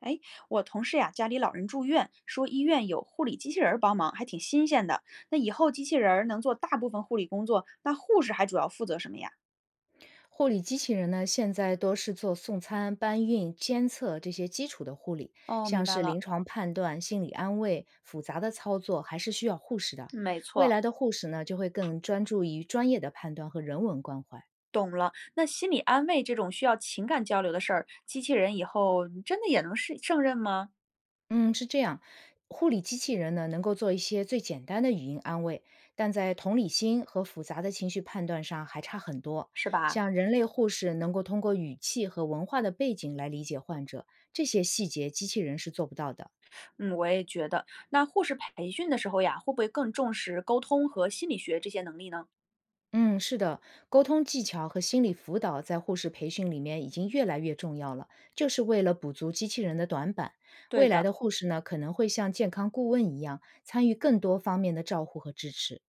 哎，我同事呀，家里老人住院，说医院有护理机器人儿帮忙，还挺新鲜的。那以后机器人儿能做大部分护理工作，那护士还主要负责什么呀？护理机器人呢，现在多是做送餐、搬运、监测这些基础的护理，哦，明像白是了，临床判断、心理安慰，复杂的操作还是需要护士的。没未错。来的护士呢，就会更专注于专业的判断和人文关怀。那心理安慰这种需要情感交流的事儿，机器人以后真的也能是胜任吗？嗯，是这样。护理机器人呢，能够做一些最简单的语音安慰，但在同理心和复杂的情绪判断上还差很多。是吧？像人类护士能够通过语气和文化的背景来理解患者，这些细节机器人是做不到的。嗯，我也觉得。那护士培训的时候呀，会不会更重视沟通和心理学这些能力呢？嗯，是的，沟通技巧和心理辅导在护士培训里面已经越来越重要了，就是为了补足机器人的短板。对未来的。的护士呢，可能会像健康顾问一样，参与更多方面的照护和支持。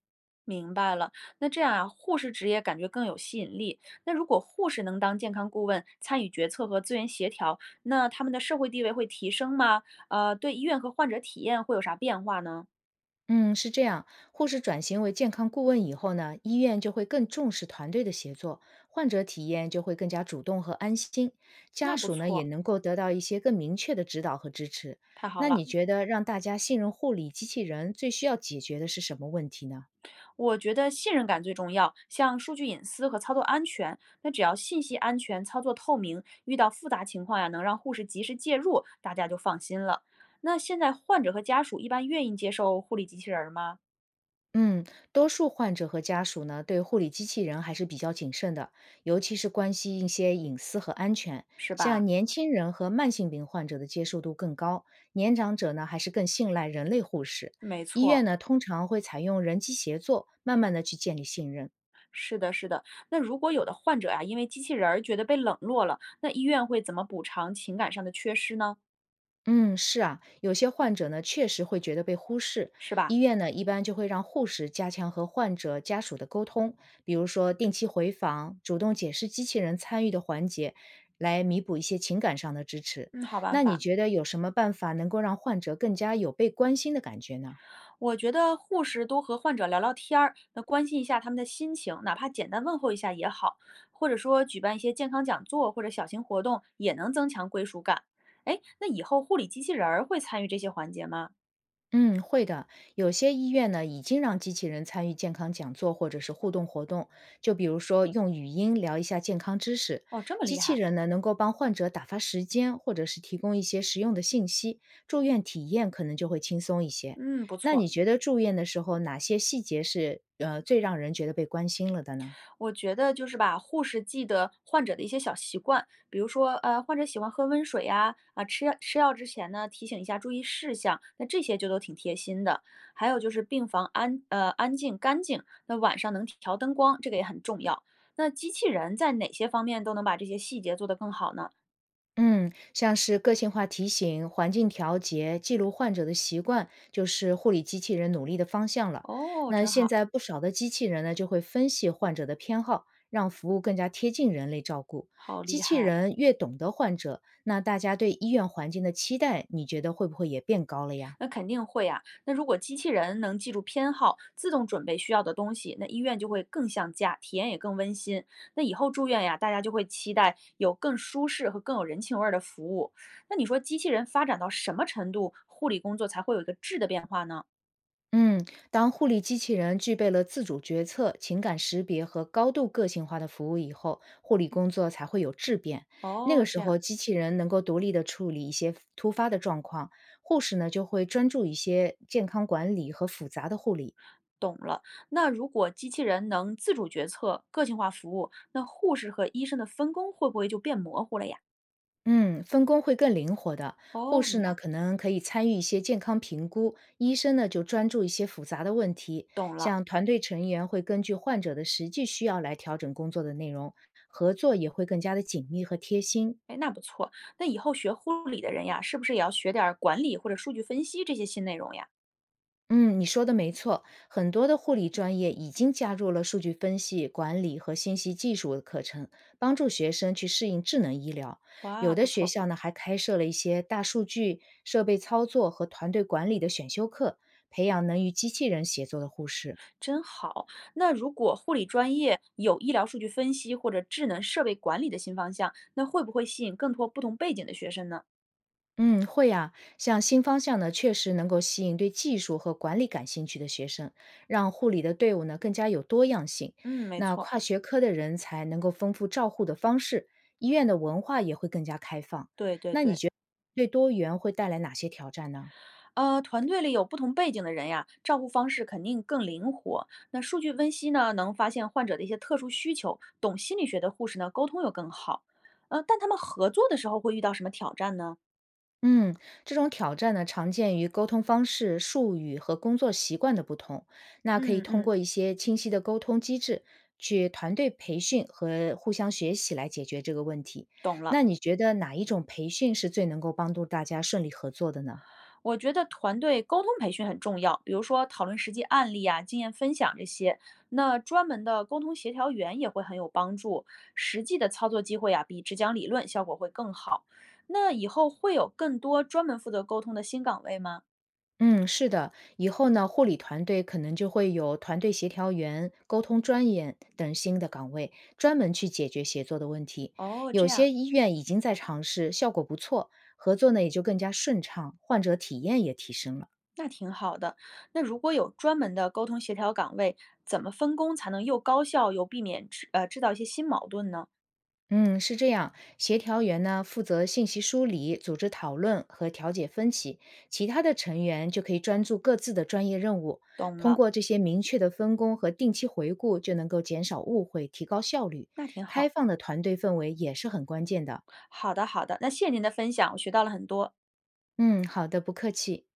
明白了，那这样啊，护士职业感觉更有吸引力。那如果护士能当健康顾问，参与决策和资源协调，那他们的社会地位会提升吗？对医院和患者体验会有啥变化呢？嗯，是这样。护士转型为健康顾问以后呢，医院就会更重视团队的协作，患者体验就会更加主动和安心，家那不属呢也错，能够得到一些更明确的指导和支持。太好那了。你觉得让大家信任护理机器人最需要解决的是什么问题呢？我觉得信任感最重要，像数据隐私和操作安全，那只要信息安全、操作透明，遇到复杂情况呀，能让护士及时介入，大家就放心了。那现在患者和家属一般愿意接受护理机器人儿吗？嗯，多数患者和家属呢，对护理机器人还是比较谨慎的，尤其是关系一些隐私和安全。是像吧？年轻人和慢性病患者的接受度更高，年长者呢还是更信赖人类护士。没医院错。呢通常会采用人机协作，慢慢的去建立信任。是的，是的。那如果有的患者啊，因为机器人儿觉得被冷落了，那医院会怎么补偿情感上的缺失呢？嗯，是啊，有些患者呢确实会觉得被忽视，是吧？医院呢一般就会让护士加强和患者家属的沟通，比如说定期回访、主动解释机器人参与的环节，来弥补一些情感上的支持。嗯，好办那你法。觉得有什么办法能够让患者更加有被关心的感觉呢？我觉得护士多和患者聊聊天儿，那关心一下他们的心情，哪怕简单问候一下也好，或者说举办一些健康讲座或者小型活动，也能增强归属感。哎，那以后护理机器人儿会参与这些环节吗？嗯，会的。有些医院呢，已经让机器人参与健康讲座或者是互动活动，就比如说用语音聊一下健康知识。哦，这么机厉器害。人呢，能够帮患者打发时间，或者是提供一些实用的信息，住院体验可能就会轻松一些。嗯，不那错。你觉得住院的时候，哪些细节是最让人觉得被关心了的呢？我觉得就是把护士记得患者的一些小习惯，比如说，患者喜欢喝温水呀，啊，吃药之前呢，提醒一下注意事项，那这些就都挺贴心的。还有就是病房安静干净，那晚上能调灯光，这个也很重要。那机器人在哪些方面都能把这些细节做得更好呢？嗯，像是个性化提醒、环境调节、记录患者的习惯，就是护理机器人努力的方向了。哦，那真现好，在不少的机器人呢，就会分析患者的偏好，让服务更加贴近人类照顾。好厉机器害。人越懂得患者，那大家对医院环境的期待，你觉得会不会也变高了呀？那肯定会啊。那如果机器人能记住偏好，自动准备需要的东西，那医院就会更像家，体验也更温馨。那以后住院呀，大家就会期待有更舒适和更有人情味儿的服务。那你说机器人发展到什么程度，护理工作才会有一个质的变化呢？嗯，当护理机器人具备了自主决策、情感识别和高度个性化的服务以后，护理工作才会有质变。那哦，个时这样。候，机器人能够独立的处理一些突发的状况，护士呢就会专注一些健康管理和复杂的护理。懂了，那如果机器人能自主决策、个性化服务，那护士和医生的分工会不会就变模糊了呀？嗯，分工会更灵活的。护哦，士明呢，白，可能可以参与一些健康评估，医生呢就专注一些复杂的问题。懂了。像团队成员会根据患者的实际需要来调整工作的内容，合作也会更加的紧密和贴心。哎，那不错。那以后学护理的人呀，是不是也要学点儿管理或者数据分析这些新内容呀？嗯，你说的没错，很多的护理专业已经加入了数据分析、管理和信息技术的课程，帮助学生去适应智能医疗。有哇，的不学错，校呢，还开设了一些大数据、设备操作和团队管理的选修课，培养能与机器人协作的护士。真好。那如果护理专业有医疗数据分析或者智能设备管理的新方向，那会不会吸引更多不同背景的学生呢？嗯，会呀、像新方向呢，确实能够吸引对技术和管理感兴趣的学生，让护理的队伍呢更加有多样性。嗯，没那错，跨学科的人才能够丰富照护的方式，医院的文化也会更加开放。对对那你对。觉得对多元会带来哪些挑战呢？团队里有不同背景的人呀，照顾方式肯定更灵活。那数据分析呢，能发现患者的一些特殊需求；懂心理学的护士呢，沟通又更好。但他们合作的时候会遇到什么挑战呢？嗯，这种挑战呢，常见于沟通方式、术语和工作习惯的不同。那可以嗯通嗯，过一些清晰的沟通机制，去团队培训和互相学习来解决这个问题。懂了。那你觉得哪一种培训是最能够帮助大家顺利合作的呢？我觉得团队沟通培训很重要，比如说讨论实际案例啊、经验分享这些。那专门的沟通协调员也会很有帮助，实际的操作机会啊，比只讲理论效果会更好。那以后会有更多专门负责沟通的新岗位吗？嗯，是的，以后呢，护理团队可能就会有团队协调员、沟通专员等新的岗位，专门去解决协作的问题。哦，这有样，些医院已经在尝试，效果不错，合作呢也就更加顺畅，患者体验也提升了。那挺好的。那如果有专门的沟通协调岗位，怎么分工才能又高效又避免制造一些新矛盾呢？嗯，是这样，协调员呢负责信息梳理、组织讨论和调解分歧，其他的成员就可以专注各自的专业任务。懂通了，过这些明确的分工和定期回顾，就能够减少误会，提高效率。那挺好。开放的团队氛围也是很关键的。好的，好的，那谢谢您的分享，我学到了很多。嗯，好的，不客气。